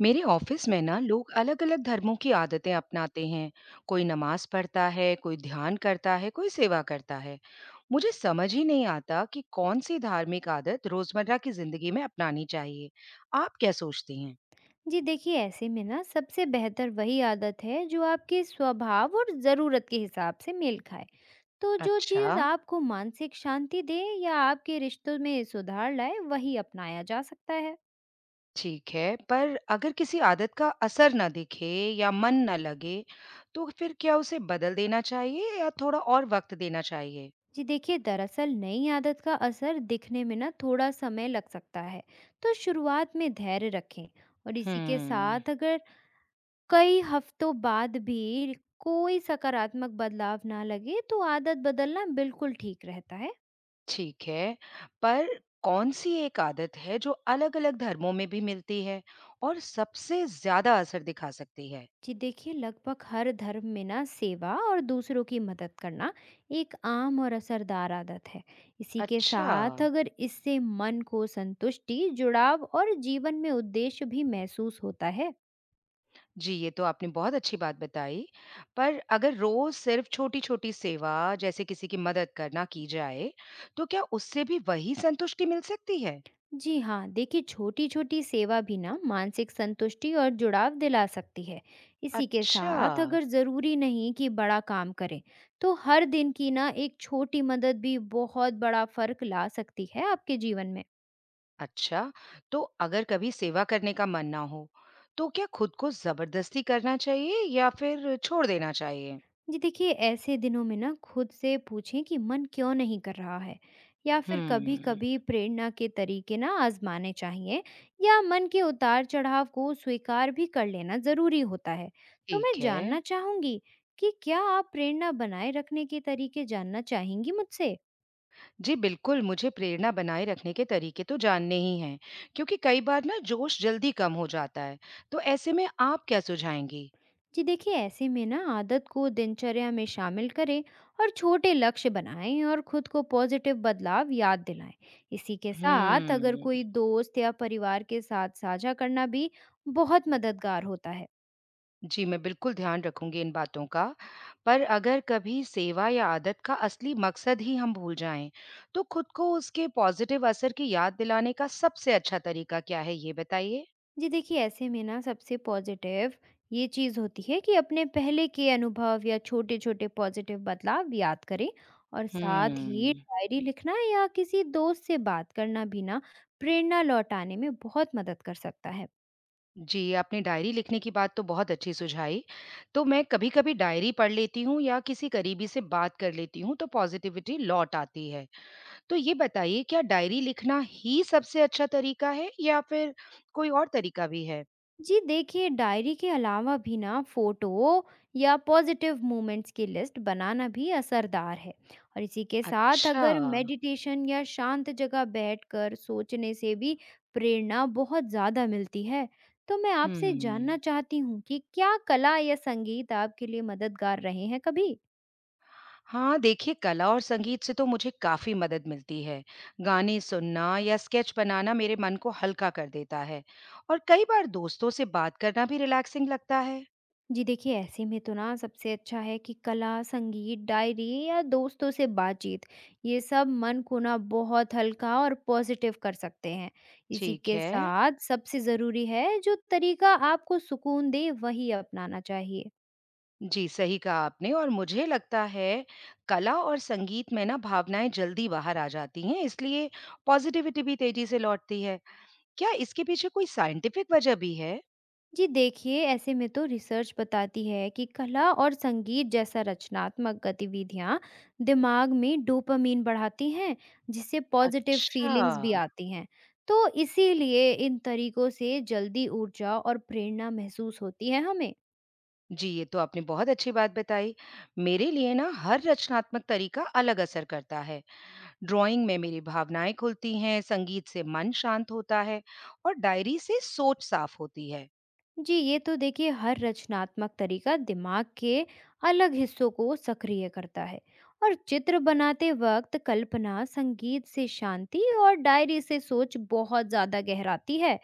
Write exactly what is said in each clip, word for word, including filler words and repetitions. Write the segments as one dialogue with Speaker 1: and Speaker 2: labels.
Speaker 1: मेरे ऑफिस में ना लोग अलग-अलग धर्मों की आदतें अपनाते हैं। कोई नमाज पढ़ता है, कोई ध्यान करता है, कोई सेवा करता है। मुझे समझ ही नहीं आता कि कौन सी धार्मिक आदत रोजमर्रा की जिंदगी में अपनानी चाहिए। आप क्या सोचती हैं?
Speaker 2: जी देखिए, ऐसे में ना सबसे बेहतर वही आदत है जो आपके स्वभाव और ज़रूरत के हिसाब से मेल खाए। तो जो
Speaker 1: अच्छा।
Speaker 2: चीज़ आपको मानसिक शांति दे या आपके रिश्तों में सुधार लाए वही अपनाया जा सकता है।
Speaker 1: ठीक है, पर अगर किसी आदत का असर ना दिखे या मन ना लगे, तो फिर क्या उसे बदल देना चाहिए या थोड़ा और वक्त देना चाहिए?
Speaker 2: जी देखिए, दरअसल नई आदत का असर दिखने में ना थोड़ा समय लग सकता है। तो शुरुआत में धैर्य रखें। और इसी के
Speaker 1: हम्म।
Speaker 2: साथ अगर कई हफ्तों बाद भी कोई सकारात्मक बदलाव ना लगे तो आदत बदलना बिल्कुल ठीक रहता है।
Speaker 1: ठीक है, पर कौन-सी एक आदत है जो अलग-अलग धर्मों में भी मिलती है और सबसे ज़्यादा असर दिखा सकती है?
Speaker 2: जी देखिए, लगभग हर धर्म में ना सेवा और दूसरों की मदद करना एक आम और असरदार आदत है। इसी के
Speaker 1: अच्छा।
Speaker 2: साथ अगर इससे मन को संतुष्टि, जुड़ाव और जीवन में उद्देश्य भी महसूस होता है।
Speaker 1: जी, ये तो आपने बहुत अच्छी बात बताई। पर अगर रोज़ सिर्फ़ छोटी-छोटी सेवा, जैसे किसी की मदद करना की जाए, तो क्या उससे भी वही संतुष्टि मिल सकती है?
Speaker 2: जी हाँ, देखिए छोटी छोटी सेवा भी ना मानसिक संतुष्टि और जुड़ाव दिला सकती है। इसी के
Speaker 1: अच्छा।
Speaker 2: साथ अगर ज़रूरी नहीं कि बड़ा काम करें। तो हर दिन की ना एक छोटी मदद भी बहुत बड़ा फर्क ला सकती है आपके जीवन में।
Speaker 1: अच्छा, तो अगर कभी सेवा करने का मन ना हो, तो क्या खुद को ज़बरदस्ती करना चाहिए या फिर छोड़ देना चाहिए?
Speaker 2: जी देखिए, ऐसे दिनों में ना खुद से पूछें कि मन क्यों नहीं कर रहा है। या फिर कभी
Speaker 1: हुँ।
Speaker 2: कभी प्रेरणा के तरीके ना आजमाने चाहिए। या मन के उतार चढ़ाव को स्वीकार भी कर लेना जरूरी होता है। तो मैं
Speaker 1: ठीक है।
Speaker 2: जानना चाहूंगी कि क्या आप प्रेरणा बनाए रखने के तरीके जानना चाहेंगी मुझसे।
Speaker 1: जी, बिल्कुल, मुझे प्रेरणा बनाए रखने के तरीके तो जानने ही हैं, क्योंकि कई बार ना जोश जल्दी कम हो जाता है। तो ऐसे में आप क्या सुझाएँगी?
Speaker 2: जी देखिए, ऐसे में ना आदत को दिनचर्या में शामिल करें और छोटे लक्ष्य बनाएं और खुद को पॉजिटिव बदलाव याद दिलाएं। इसी के साथ अगर
Speaker 1: हुँ।
Speaker 2: कोई दोस्त या परिवार के साथ साझा करना भी बहुत मददगार होता है।
Speaker 1: जी, मैं बिल्कुल ध्यान रखूँगी इन बातों का। पर अगर कभी सेवा या आदत का असली मकसद ही हम भूल जाएँ, तो खुद को उसके पॉज़िटिव असर की याद दिलाने का सबसे अच्छा तरीका क्या है, ये बताइए?
Speaker 2: जी देखिए, ऐसे में ना सबसे पॉजिटिव ये चीज़ होती है कि अपने पहले के अनुभव या छोटे छोटे पॉजिटिव बदलाव याद करें। और साथ ही
Speaker 1: हुँ।
Speaker 2: डायरी लिखना या किसी दोस्त से बात करना भी ना प्रेरणा लौटाने में बहुत मदद कर सकता है।
Speaker 1: जी, आपने डायरी लिखने की बात तो बहुत अच्छी सुझाई। तो मैं कभी-कभी डायरी पढ़ लेती हूँ या किसी करीबी से बात कर लेती हूँ तो पॉज़िटिविटी लौट आती है। तो ये बताइए, क्या डायरी लिखना ही सबसे अच्छा तरीका है या फिर कोई और तरीका भी है?
Speaker 2: जी देखिए, डायरी के अलावा भी ना फोटो या पॉजिटिव मोमेंट्स की लिस्ट बनाना भी असरदार है। और इसी के साथ
Speaker 1: अच्छा।
Speaker 2: अगर मेडिटेशन या शांत जगह बैठकर सोचने से भी प्रेरणा बहुत ज़्यादा मिलती है। तो मैं आपसे
Speaker 1: हुँ।
Speaker 2: जानना चाहती हूँ कि क्या कला या संगीत आपके लिए मददगार रहे हैं कभी।
Speaker 1: हाँ, देखिए कला और संगीत से तो मुझे काफ़ी मदद मिलती है। गाने सुनना या स्केच बनाना मेरे मन को हल्का कर देता है और कई बार दोस्तों से बात करना भी रिलैक्सिंग लगता है।
Speaker 2: जी देखिए, ऐसे में तो ना सबसे अच्छा है कि कला, संगीत, डायरी या दोस्तों से बातचीत ये सब मन को ना बहुत हल्का और पॉजिटिव कर सकते हैं। इसी
Speaker 1: ठीक
Speaker 2: के
Speaker 1: है।
Speaker 2: साथ सबसे ज़रूरी है जो तरीका आपको सुकून दे वही अपनाना चाहिए।
Speaker 1: जी, सही कहा आपने और मुझे लगता है कला और संगीत में ना भावनाएँ जल्दी बाहर आ जाती हैं, इसलिए पॉज़िटिविटी भी तेज़ी से लौटती है। क्या इसके पीछे कोई साइंटिफिक वजह भी है?
Speaker 2: जी देखिए, ऐसे में तो रिसर्च बताती है कि कला और संगीत जैसा रचनात्मक गतिविधियाँ दिमाग में डोपामाइन बढ़ाती हैं, जिससे पॉजिटिव
Speaker 1: अच्छा।
Speaker 2: फीलिंग्स भी आती हैं। तो इसीलिए इन तरीकों से जल्दी ऊर्जा और प्रेरणा महसूस होती है हमें।
Speaker 1: जी, ये तो आपने बहुत अच्छी बात बताई। मेरे लिए ना हर रचनात्मक तरीका अलग असर करता है। ड्राइंग में मेरी भावनाएँ खुलती हैं, संगीत से मन शांत होता है और डायरी से सोच साफ होती है।
Speaker 2: जी ये तो देखिए हर रचनात्मक तरीका दिमाग के अलग हिस्सों को सक्रिय करता है। और चित्र बनाते वक्त कल्पना, संगीत से शांति और डायरी से सोच बहुत ज़्यादा गहराती है।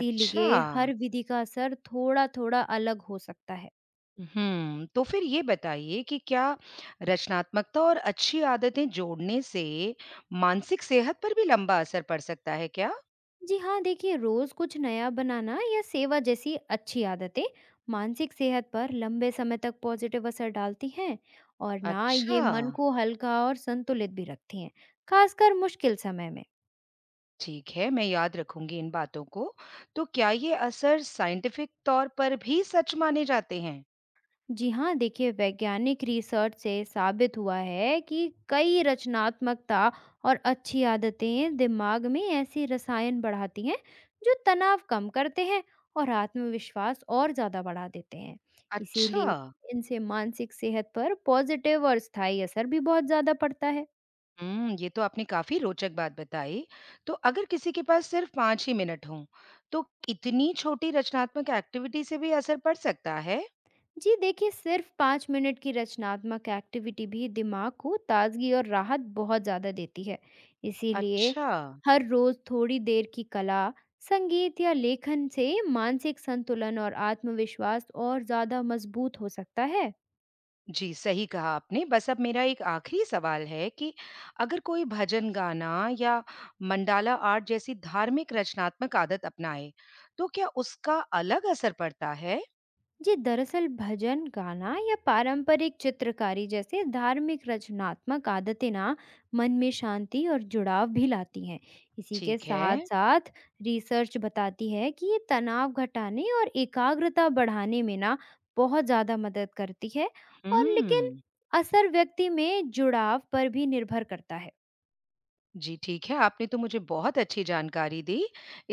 Speaker 1: अच्छा।
Speaker 2: हर विधि का असर थोड़ा थोड़ा अलग हो सकता है।
Speaker 1: हम्म, तो फिर ये बताइए कि क्या रचनात्मकता और अच्छी आदतें जोड़ने से मानसिक सेहत पर भी लंबा असर पड़ सकता है क्या?
Speaker 2: जी हाँ, देखिए रोज़ कुछ नया बनाना या सेवा जैसी अच्छी आदतें मानसिक सेहत पर लंबे समय तक पॉजिटिव असर डालती हैं। और ना ये
Speaker 1: अच्छा।
Speaker 2: मन को हल्का और संतुलित भी रखती हैं, खासकर मुश्किल समय में।
Speaker 1: ठीक है, मैं याद रखूंगी इन बातों को। तो क्या ये असर साइंटिफिक तौर पर भी सच माने जाते हैं?
Speaker 2: जी हाँ, देखिए वैज्ञानिक रिसर्च से साबित हुआ है कि कई रचनात्मकता और अच्छी आदतें दिमाग में ऐसी रसायन बढ़ाती हैं जो तनाव कम करते हैं और आत्मविश्वास और ज़्यादा बढ़ा देते हैं।
Speaker 1: अच्छा।
Speaker 2: इसीलिए इनसे मानसिक सेहत पर पॉजिटिव और स्थायी असर भी बहुत ज़्यादा पड़ता है।
Speaker 1: हम्म, ये तो आपने काफी रोचक बात बताई। तो अगर किसी के पास सिर्फ पांच ही मिनट हों, तो इतनी छोटी रचनात्मक एक्टिविटी से भी असर पड़ सकता है?
Speaker 2: जी देखिए, सिर्फ पाँच मिनट की रचनात्मक एक्टिविटी भी दिमाग को ताजगी और राहत बहुत ज़्यादा देती है। इसीलिए
Speaker 1: अच्छा।
Speaker 2: हर रोज़ थोड़ी देर की कला, संगीत या लेखन से मानसिक संतुलन और आत्मविश्वास और ज़्यादा मजबूत हो सकता है।
Speaker 1: जी, सही कहा आपने। बस अब मेरा एक आखिरी सवाल है कि अगर कोई भजन गाना या मंडाला आर्ट जैसी धार्मिक रचनात्मक आदत अपनाए, तो क्या उसका अलग असर पड़ता है?
Speaker 2: जी दरअसल भजन गाना या पारंपरिक चित्रकारी जैसे धार्मिक रचनात्मक आदतें ना मन में शांति और जुड़ाव भी लाती हैं। इसी के
Speaker 1: ठीक
Speaker 2: साथ
Speaker 1: है।
Speaker 2: साथ रिसर्च बताती है कि ये तनाव घटाने और एकाग्रता बढ़ाने में ना बहुत ज़्यादा मदद करती है। और लेकिन
Speaker 1: हुँ।
Speaker 2: असर व्यक्ति में जुड़ाव पर भी निर्भर करता है।
Speaker 1: जी, ठीक है। आपने तो मुझे बहुत अच्छी जानकारी दी।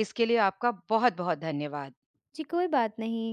Speaker 1: इसके लिए आपका बहुत-बहुत धन्यवाद।
Speaker 2: जी कोई बात नहीं।